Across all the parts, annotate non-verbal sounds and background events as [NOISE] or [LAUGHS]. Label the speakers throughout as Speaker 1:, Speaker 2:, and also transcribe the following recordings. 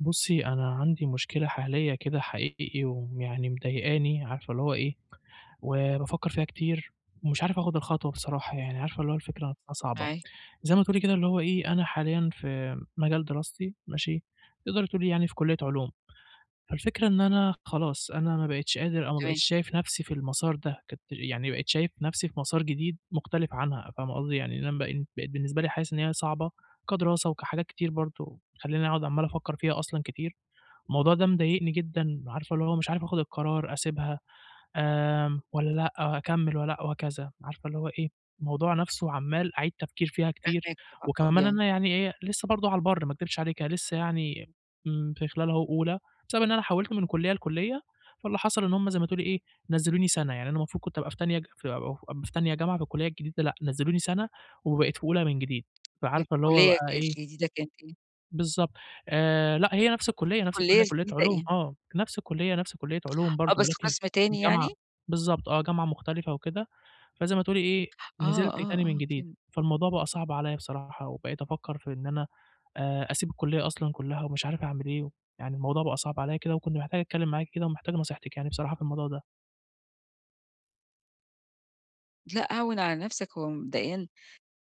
Speaker 1: بُصّي، أنا عندي مشكلة حالية كده حقيقي ويعني مضايقاني، عارفة اللي هو إيه، وبافكّر فيها كتير ومش عارف آخُد الخطوة بصراحة يعني، عارفة اللي هو الفكرة نفْسها صعبة.
Speaker 2: معاك،
Speaker 1: زي ما تقولي كده اللي هو إيه، أنا حاليًا في مجال دراستي ماشي، تقدري تقولي يعني في كُلّية علوم، فالفكرة إن أنا خلاص أنا ما بقيتش قادر أو ما
Speaker 2: تمام،
Speaker 1: بقيتش شايف نفْسي في المسار ده، كنت يعني بقيت شايف نفْسي في مسار جديد مختلف عنها، فاهمة قصدي؟ يعني إن أنا بقيت بالنسبة لي حاسس إن هي صعبة كدراسة وكحاجات كتير برضه، بتخلّيني أقعُد عمّال أفكّر فيها أصلًا كتير. الموضوع ده مضايقني جدًا، عارفة اللي هو مش عارف آخُد القرار أسيبها والّا لأ، أكمّل والّا لأ وهكذا، عارفة اللي هو إيه، الموضوع نَفْسه عمّال أعيد تفكير فيها كتير،
Speaker 2: فاهماك طبعًا، طب
Speaker 1: وكمان
Speaker 2: يعني
Speaker 1: أنا يعني إيه، لسه برضه على البَر ما أكدبش عليكِ، أنا لسه يعني في خلال أهو أولى، بسبب إن أنا حاولت من كُلّية لكُلّية، فاللي حصل إن هُم زي ما تقولي إيه، نزّلوني سَنة، يعني أنا المفروض كنت أبقى في أبقى في تانية جامعة في الكُلّية الجديدة، لأ، نزّلوني سَنة وبقيت في أولى من جديد، فعارفة اللي هو
Speaker 2: الكلية
Speaker 1: بقى إيه
Speaker 2: الجديدة كانت إيه؟
Speaker 1: بالضبط. لأ، هي نفس الكلية، نفس
Speaker 2: الكلية
Speaker 1: الكلية، كلية
Speaker 2: الجديدة
Speaker 1: علوم
Speaker 2: إيه؟
Speaker 1: آه، نفس الكلية، نفس كلية علوم
Speaker 2: آه،
Speaker 1: برضه،
Speaker 2: بس
Speaker 1: ولكن
Speaker 2: قسم تاني يعني؟
Speaker 1: الجامعة بالضبط آه، جامعة مختلفة وكده، فزي ما تقولي إيه، نزلت
Speaker 2: آه، آه،
Speaker 1: تاني من
Speaker 2: آه،
Speaker 1: جديد،
Speaker 2: فهمت.
Speaker 1: فالموضوع بقى صعب عليّا بصراحة، وبقيت أفكّر في إن أنا أسيب الكلية أصلًا كلّها ومش عارف أعمل إيه، يعني الموضوع بقى صعب عليّا كده، وكنت محتاج أتكلّم معاكِ كده، ومحتاج نصيحتِك يعني بصراحة في الموضوع ده.
Speaker 2: لأ، هوِّن على نفسك. هو مبدئيًا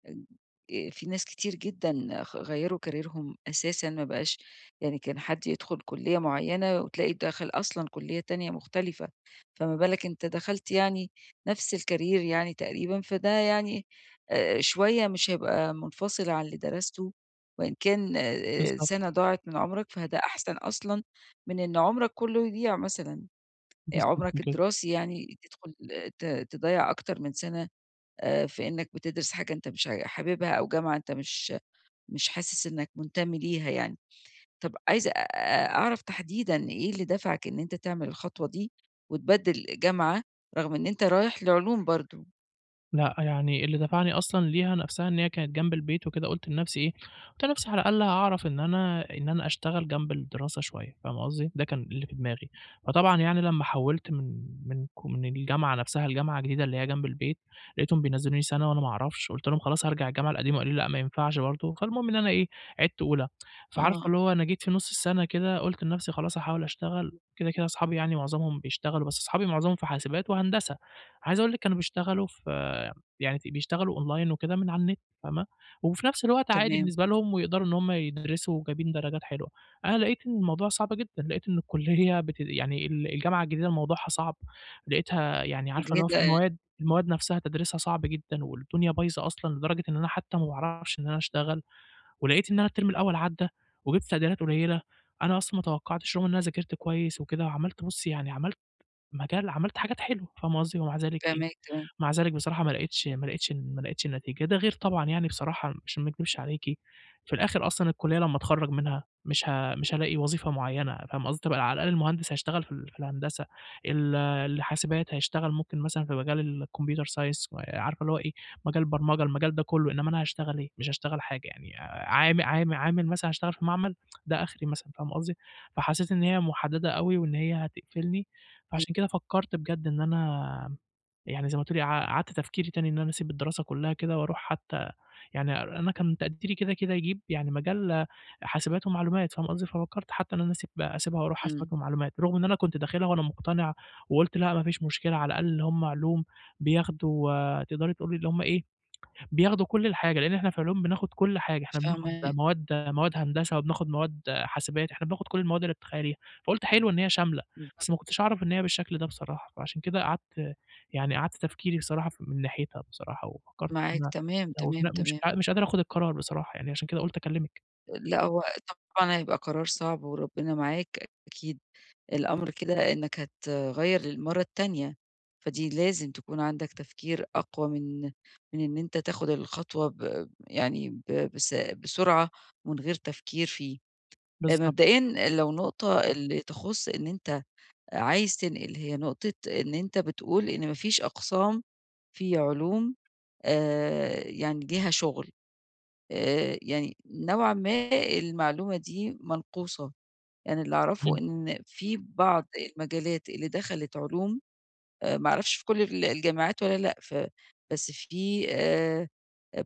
Speaker 2: في ناس كتير جدًا غيّروا كاريرهم أساسًا، ما بقاش يعني كان حد يدخل كُلّية معيّنة وتلاقي دخل أصلًا كُلّية تانية مختلفة. فما بالك أنت دخلت يعني نفس الكارير يعني تقريبًا، فده يعني شوية مش هيبقى منفصل عن اللي درسته. وإن كان
Speaker 1: بالضبط،
Speaker 2: سَنة ضاعت من عمرك، فده أحسن أصلًا من إن عمرك كُلّه يضيع مثلًا.
Speaker 1: بالضبط
Speaker 2: عمرك
Speaker 1: كده.
Speaker 2: الدراسي يعني تدخل تضيّع أكتر من سَنة في إنك بتدرس حاجة أنت مش حاببها، أو جامعة أنت مش حاسس إنك منتمي ليها يعني. طب عايزة أعرف تحديدًا إيه اللي دفعك إن أنت تعمل الخطوة دي وتبدِّل جامعة، رغم إن أنت رايح لعلوم برضه؟
Speaker 1: لأ، يعني اللي دفعني أصلًا ليها نفسها إن هي كانت جنب البيت وكده، قُلت لنفسي إيه، قُلت لنفسي على الأقل هاعرف إن أنا أشتغل جنب الدراسة شوية، فاهمة قصدي؟ ده كان اللي في دماغي. فطبعًا يعني لمّا حوّلت من الجامعة نفسها لجامعة جديدة اللي هي جنب البيت، لقيتهم بينزّلوني سَنة وأنا ما أعرفش، قُلت لهم خلاص هارجع الجامعة القديمة، قالوا لي: "لأ، ما ينفعش برضه." فالمهم إن أنا إيه، عِدت أولى. فعارفة
Speaker 2: آه،
Speaker 1: اللي هو أنا جيت في نُص السَنة كده قُلت لنفسي خلاص هاحاول أشتغل، كده، كده أصحابي يعني معظمهم بيشتغلوا، بس أصحابي معظمهم في حاسبات وهندسة، عايز أقول لِك كانوا بيشتغلوا في يعني بيشتغلوا أونلاين وكده من على النت فاهمة، وفي نفس الوقت عادي
Speaker 2: تمام،
Speaker 1: بالنسبة لهم ويقدروا إن هم يدرسوا وجايبين درجات حلوة. أنا لقيت إن الموضوع صعب جدًا، لقيت إن الكلية [LAUGHS] بت يعني ال الجامعة الجديدة موضوعها صعب، لقيتها يعني عارفة اللي هو
Speaker 2: مُجهدة
Speaker 1: في
Speaker 2: يعني،
Speaker 1: المواد نفسها تدريسها صعب جدًا، والدنيا بايظة أصلًا لدرجة إن أنا حتى ما باعرفش إن أنا أشتغل، ولقيت إن أنا الترم الأول عدّى وجِبت تقديرات قليلة، أنا أصلًا ما توقعتش رغم إن أنا ذاكرت كويس وكده وعملت بُصّي يعني عملت حاجات حلوة، فاهمة قصدي؟ ومع ذلك
Speaker 2: فاهماك
Speaker 1: إيه
Speaker 2: تمام،
Speaker 1: مع ذلك بصراحة ما لقيتش النتيجة، ده غير طبعًا يعني بصراحة عشان ما اكدبش عليكِ، في الآخر أصلًا الكلية لمّا اتخرّج منها مش هالاقي وظيفة معيّنة، فاهمة قصدي؟ طب على الأقل المهندس هيشتغل في الهندسة، ال الحاسبات هيشتغل ممكن مثلًا في مجال الcomputer science عارفة اللي هو إيه، مجال البرمجة، المجال ده كلّه، إنّما أنا هاشتغل إيه؟ مش هاشتغل حاجة يعني عامل مثلًا هاشتغل في معمل، ده آخري مثلًا، فاهمة قصدي؟ فحسيت إن هي مُحددة أوي وإن هي هتقفلني،
Speaker 2: إمم،
Speaker 1: فعشان كده فكّرت بجد إن أنا يعني زي ما تقولي عَادْت تفكيري تاني إن أنا أسيب الدراسة كلّها كده وأروح حتى يعني أنا كان تقديري كده، كده يجيب يعني مجال حاسبات ومعلومات فاهم قصدي، ففكّرت حتى إن أنا أسيبها وأروح
Speaker 2: إمم،
Speaker 1: حاسبات ومعلومات، رغم إن أنا كنت داخلها وأنا مقتنع وقُلت لأ ما فيش مشكلة على الأقل اللي هم علوم بياخدوا آه، تقدري تقولي اللي هم إيه، بياخدوا كل الحاجة، لإن إحنا في علوم بناخد كل حاجة، إحنا بناخد
Speaker 2: فاهماك،
Speaker 1: مواد هندسة وبناخد مواد حاسبات، إحنا بناخد كل المواد اللي تتخيليها، فقُلت حلو إن هي شاملة، بس ما
Speaker 2: بالضبط،
Speaker 1: كنتش أعرف إن هي بالشكل ده بصراحة، فعشان كده قعدت يعني قعدت تفكيري بصراحة من ناحيتها بصراحة، وفكّرت إن
Speaker 2: معاك،
Speaker 1: أنا
Speaker 2: تمام،
Speaker 1: لو
Speaker 2: تمام،
Speaker 1: لا
Speaker 2: تمام.
Speaker 1: مش قادر آخد القرار بصراحة، يعني عشان كده قُلت أكلّمِك.
Speaker 2: لأ، هو طبعًا هيبقى قرار صعب، وربنا معاك أكيد. الأمر كده إنّك هتغيّر للمرّة التانية، فدي لازم تكون عندك تفكير أقوى من إن أنت تاخد الخطوة ب يعني ب بس بسرعة ومن غير تفكير فيه.
Speaker 1: بالضبط،
Speaker 2: مبدئيًا، لو نقطة اللي تخُص إن أنت عايز تنقل، هي نقطة إن أنت بتقول إن ما فيش أقسام في علوم يعني ليها شُغل، يعني نوعًا ما المعلومة دي منقوصة. يعني اللي أعرفه
Speaker 1: إمم،
Speaker 2: إن في بعض المجالات اللي دخلت علوم، ما أعرفش في كل الجامعات والّا لأ، بس في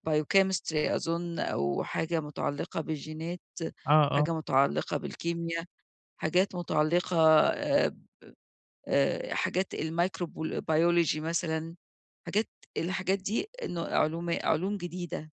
Speaker 2: biochemistry أظن، أو حاجة متعلقة بالجينات،
Speaker 1: آه، آه،
Speaker 2: حاجة متعلقة بالكيميا، حاجات متعلقة آآ حاجات الmicrob biology مثلًا. حاجات الحاجات دي، إنه علوم جديدة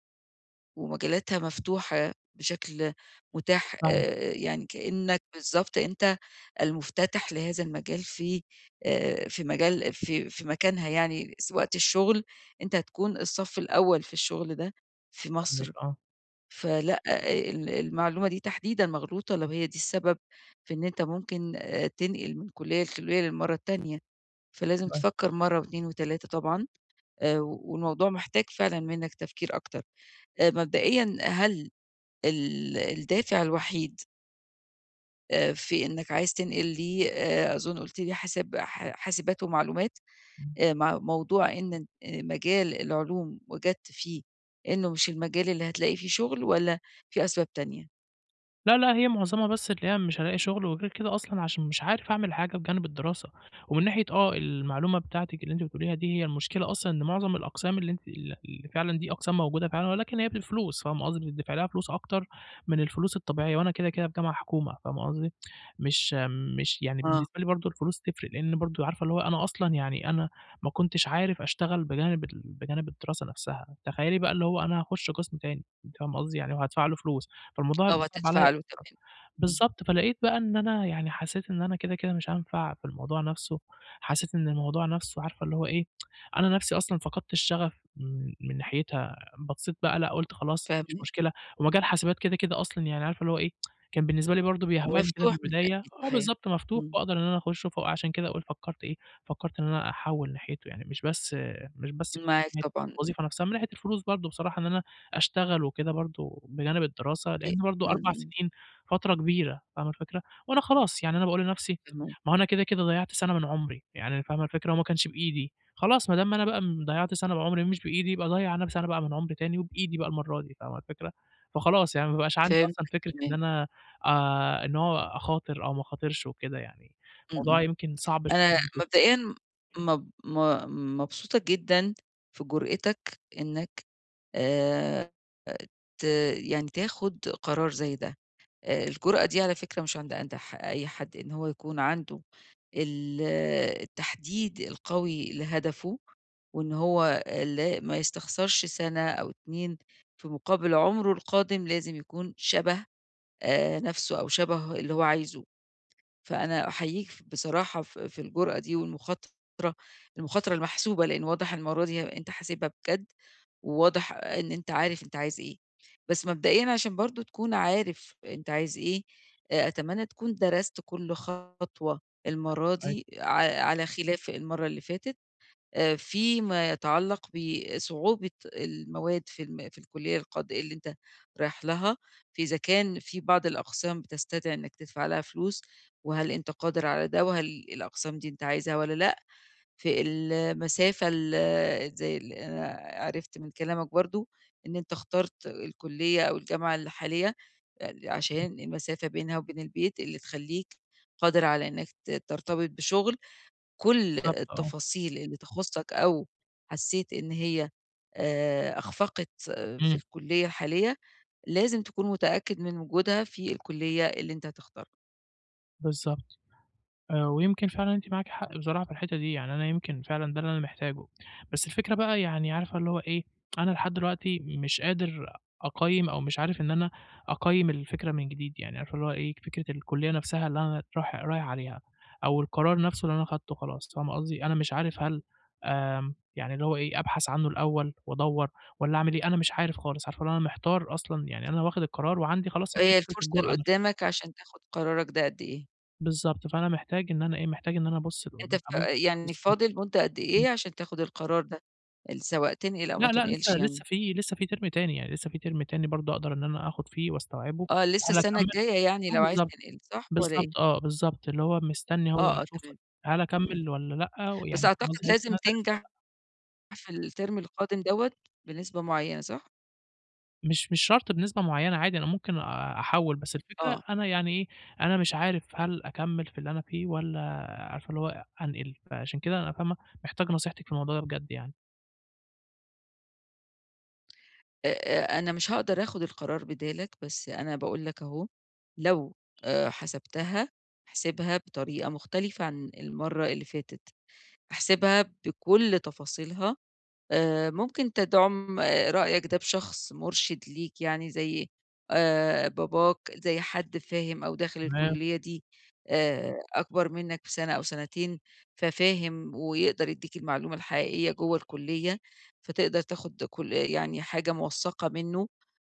Speaker 2: ومجالاتها مفتوحة بشكل متاح،
Speaker 1: فاهمِك،
Speaker 2: يعني كإنّك بالضبط أنت المُفتتح لهذا المجال في في مجال في في مكانها، يعني وقت الشغل أنت هتكون الصف الأول في الشغل ده في مصر.
Speaker 1: فاهمِك، آه،
Speaker 2: فلأ، آه، المعلومة دي تحديدًا مغلوطة، لو هي دي السبب في إن أنت ممكن تنقل من كُلّية لكُلّية للمرّة التانية. فلازم
Speaker 1: أيوه، أيوه،
Speaker 2: تفكّر مرّة و2 و3 طبعًا، والموضوع محتاج فعلًا منّك تفكير أكتر. مبدئيًا، هل الدافع الوحيد في إنك عايز تنقل ليه أظن قُلت لي حاسبات ومعلومات،
Speaker 1: إمم.
Speaker 2: مع موضوع إن مجال العلوم وجدت فيه إنه مش المجال اللي هتلاقي فيه شغل، والّا في أسباب تانية؟
Speaker 1: لا، لأ، هي معظمها بس اللي هي مش هالاقي شغل، وغير كده أصلًا عشان مش عارف أعمل حاجة بجانب الدراسة، ومن ناحية آه، المعلومة بتاعتِك اللي أنتِ بتقوليها دي، هي المشكلة أصلًا إن معظم الأقسام اللي أنتِ ال اللي فعلًا دي أقسام موجودة فعلًا، ولكن هي بالفلوس، فاهمة قصدي؟ بتدفع لها فلوس أكتر من الفلوس الطبيعية، وأنا كده، كده في جامعة حكومة، فاهمة قصدي؟ مش مش يعني إمم.
Speaker 2: آه،
Speaker 1: بالنسبة لي برضه الفلوس تفرق، لإن برضه عارفة اللي هو أنا أصلًا يعني أنا ما كنتش عارف أشتغل بجانب الدراسة نفسها، تخيلي بقى اللي هو أنا هاخش قسم تاني، أنتِ فاهمة قصدي؟ يعني وهادفع له فلوس، فالموضوع هيبقى
Speaker 2: آه،
Speaker 1: صعب عليَّ
Speaker 2: هتدفع له، تمام. إمم،
Speaker 1: بالضبط، فلقيت بقى إن أنا يعني حسيت إن أنا كده، كده مش هانفع في الموضوع نَفْسه، حسيت إن الموضوع نَفْسه عارفة اللي هو إيه، أنا نَفْسي أصلًا فقدت الشغف من ناحيتها، بصّيت بقى لأ، قُلت خلاص مش
Speaker 2: فاهماك،
Speaker 1: مشكلة، ومجال حاسبات كده، كده أصلًا يعني عارفة اللي هو إيه، كان بالنسبة لي برضه بيهواني كده في
Speaker 2: مفتوح
Speaker 1: البداية
Speaker 2: بالتأكيد،
Speaker 1: آه
Speaker 2: صحيح.
Speaker 1: بالضبط، مفتوح
Speaker 2: إمم،
Speaker 1: وأقدر إن أنا أخُشّه، فعشان كده أقول فكّرت إيه، فكّرت إن أنا أحوّل ناحيته يعني مش بس
Speaker 2: معاك
Speaker 1: من ناحية
Speaker 2: طبعًا،
Speaker 1: الوظيفة نَفْسها، من ناحية الفلوس برضه بصراحة إن أنا أشتغل وكده برضه بجانب الدراسة،
Speaker 2: أ
Speaker 1: لإن برضه
Speaker 2: إمم،
Speaker 1: 4
Speaker 2: إمم،
Speaker 1: سنين فترة كبيرة، فاهمة الفكرة؟ وأنا خلاص يعني أنا باقول لنفسي
Speaker 2: فاهماك،
Speaker 1: ما هو أنا كده، كده ضيّعت سَنة من عمري، يعني فاهمة الفكرة؟ وما كانش بإيدي، خلاص ما دام أنا بقى م ضيّعت سَنة من عمري مش بإيدي، يبقى أضيّع أنا سَنة بقى من عمري تاني وبإيدي بقى المرّة دي، فاهمة الفكرة؟ فخلاص يعني ما بقاش عندي أصلًا
Speaker 2: فهمتك،
Speaker 1: فكرة إن
Speaker 2: تمام،
Speaker 1: أنا إن هو أخاطر أو ما أخاطرش وكده يعني،
Speaker 2: إمم،
Speaker 1: الموضوع
Speaker 2: إمم.
Speaker 1: يمكن صعب شوية [UNINTELLIGIBLE]
Speaker 2: أنا
Speaker 1: بالنسبة
Speaker 2: مبدئيًا مب م مبسوطة جدًا في جرأتك إنك آآ ت يعني تاخُد قرار زي ده. الجرأة دي، على فكرة، مش عند عند ح أي حد، إن هو يكون عنده ال التحديد القوي لهدفه، وإن هو لا ما يستخسرش سَنة أو 2 في مقابل عُمره القادم، لازم يكون شَبه نَفْسه، أو شَبه اللي هو عايزه. فأنا أحييك بصراحة في الجرأة دي، والمخاطرة، المخاطرة المحسوبة، لإن واضح المرّة دي أنت حاسبها بجد، وواضح إن أنت عارف أنت عايز إيه. بس مبدئيًا، عشان برضه تكون عارف أنت عايز إيه، أتمنى تكون درست كل خطوة المرّة
Speaker 1: لي.
Speaker 2: دي، على خلاف المرّة اللي فاتت. فيما يتعلّق بصعوبة المواد في في الكلية اللي أنت رايح لها، فإذا كان في بعض الأقسام بتستدعي إنّك تدفع لها فلوس، وهل أنت قادر على ده، وهل الأقسام دي أنت عايزها والّا لأ؟ في المسافة، زي اللي أنا عرفت من كلامك برضه إن أنت اخترت الكلية أو الجامعة الحالية عشان المسافة بينها وبين البيت، اللي تخلّيك قادر على إنّك ترتبط بشغل. كل
Speaker 1: بالضبط آه،
Speaker 2: التفاصيل اللي تخُصّك أو حسّيت إن هي أخفقت، آه، في
Speaker 1: إمم،
Speaker 2: الكُلّية الحالية، لازم تكون متأكد من وجودها في الكُلّية اللي أنت هتختارها.
Speaker 1: بالضبط. ويمكن فعلًا أنتِ معاكِ حق بصراحة في الحتّة دي، يعني أنا يمكن فعلًا ده اللي أنا محتاجه، بس الفكرة بقى يعني عارفة اللي هو إيه، أنا لحد دلوقتي مش قادر أقيّم أو مش عارف إن أنا أقيّم الفكرة من جديد، يعني عارفة اللي هو إيه، فكرة الكلية نفْسها اللي أنا رايح عليها أو القرار نفْسه اللي أنا خدته خلاص، فاهمة قصدي؟ أنا مش عارف هل يعني اللي هو إيه، أبحث عنه الأول وأدوّر والّا أعمل إيه، أنا مش عارف خالص، عارفة اللي هو أنا محتار أصلًا، يعني أنا واخد القرار وعندي خلاص اللي هي
Speaker 2: هي
Speaker 1: فكرة
Speaker 2: الفرصة اللي
Speaker 1: الجرأة نفْسها.
Speaker 2: قُدّامك عشان تاخُد قرارك ده قد إيه؟
Speaker 1: بالضبط، فأنا محتاج إن أنا إيه، محتاج إن أنا أبُص
Speaker 2: أنت
Speaker 1: لقدّا أبُص
Speaker 2: يعني
Speaker 1: أبُص [UNINTELLIGIBLE]
Speaker 2: فاضل مدة قد
Speaker 1: إمم،
Speaker 2: إيه عشان تاخُد القرار ده؟ سواء تنقل أو
Speaker 1: لأ،
Speaker 2: ما
Speaker 1: لأ
Speaker 2: تنقلش يعني؟
Speaker 1: لسه في ترم تاني، يعني لسه في ترم تاني برضه أقدر إن أنا آخُد فيه واستوعبه،
Speaker 2: آه، لسه
Speaker 1: هل
Speaker 2: السَنة
Speaker 1: أكمّل
Speaker 2: الجاية يعني،
Speaker 1: آه
Speaker 2: لو عايز
Speaker 1: بالضبط،
Speaker 2: تنقل، صح والّا إيه؟
Speaker 1: بالضبط آه، بالضبط، اللي هو مستني أهو
Speaker 2: آه، آه،
Speaker 1: أشوف
Speaker 2: تمام.
Speaker 1: هل
Speaker 2: إمم، إمم.
Speaker 1: أكمّل والّا لأ،
Speaker 2: بس
Speaker 1: ويعني فاهم قصدي،
Speaker 2: أعتقد
Speaker 1: بحيث إن
Speaker 2: لازم
Speaker 1: أنا أدرس والّا
Speaker 2: تنجح
Speaker 1: لأ،
Speaker 2: في الترم القادم دوّة بنسبة معيّنة، صح؟
Speaker 1: مش شرط بنسبة معيّنة عادي، أنا ممكن أحوّل، بس الفكرة
Speaker 2: آه.
Speaker 1: أنا يعني إيه، أنا مش عارف هل أكمّل في اللي أنا فيه والّا عارفة اللي هو أنقل، فعشان كده أنا فاهمة، محتاج نصيحتِك في الموضوع ده بجد يعني.
Speaker 2: أ أ أنا مش هاقدر آخُد القرار بدالك، بس أنا باقول لك أهو، لو آآ حسبتها احسبها بطريقة مختلفة عن المرّة اللي فاتت، احسبها بكل تفاصيلها. ممكن تدعُم، آه، رأيك ده بشخص مُرشِد ليك، يعني زي باباك، زي حد فاهم أو داخل
Speaker 1: تمام،
Speaker 2: الكُلّية دي، إمم. أكبر منّك بسَنة أو سَنتين، ففاهم ويقدر يدّيك المعلومة الحقيقية جوّه الكُلّية، فتقدر تاخُد كل يعني حاجة مُوثّقة منّه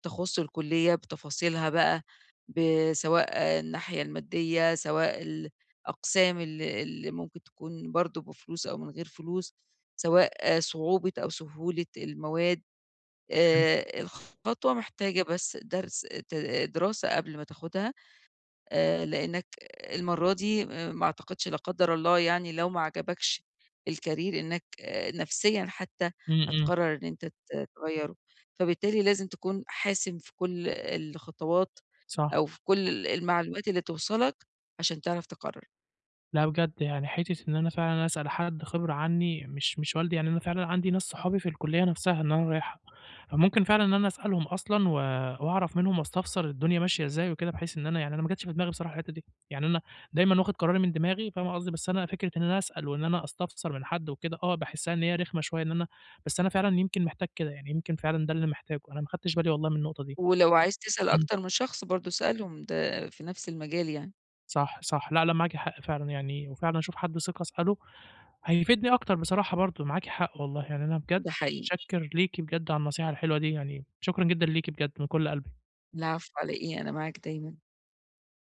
Speaker 2: تخُص الكُلّية بتفاصيلها بقى، سواء، آه، الناحية المادية، سواء الأقسام اللي ممكن تكون برضه بفلوس أو من غير فلوس، سواء صعوبة أو سهولة المواد. الخطوة محتاجة بس درس ت دراسة قبل ما تاخدها، لإنك المرّة دي، آه، ما أعتقدش، لا قدّر الله، يعني لو ما عجبكش الcareer، إنك، آه، نفسيًا حتى
Speaker 1: إمم، إمم،
Speaker 2: هتقرر إن أنت تغيّره، فبالتالي لازم تكون حاسم في كل الخطوات،
Speaker 1: صح.
Speaker 2: أو في كل المعلومات اللي توصلك عشان تعرف تقرر.
Speaker 1: لأ بجد، يعني حتّة إن أنا فعلًا أسأل حد خبرة عنّي مش والدي، يعني أنا فعلًا عندي ناس صحابي في الكلية نفسها إن أنا رايحها، فممكن فعلًا إن أنا أسألهم أصلًا وأعرف منهم واستفسر الدنيا ماشية إزاي وكده، بحيث إن أنا يعني أنا ما جاتش في دماغي بصراحة الحتّة دي، يعني أنا دايمًا واخد قراري من دماغي فاهمة قصدي، بس أنا فكرة إن أنا أسأل وإن أنا أستفسر من حد وكده آه، باحسّها إن هي رخمة شوية إن أنا بس أنا فعلًا يمكن محتاج كده، يعني يمكن فعلًا ده اللي محتاجه، أنا ما خدتش بالي والله من النقطة دي.
Speaker 2: ولو عايز تسأل
Speaker 1: إمم،
Speaker 2: أكتر من شخص، برضه اسألهم ده في نفس المجال يعني.
Speaker 1: صح، صح، لأ، لأ معاكِ حق فعلًا يعني، وفعلًا أشوف حد ثقة أسأله هيفيدني أكتر بصراحة برضه، معاكِ حق والله، يعني أنا بجد
Speaker 2: ده حقيقي.
Speaker 1: متشكّر ليكِ بجد على النصيحة الحلوة دي، يعني شكرًا جدًا ليكِ بجد من كلّ قلبي.
Speaker 2: العفو، على إيه، أنا معاك دايمًا.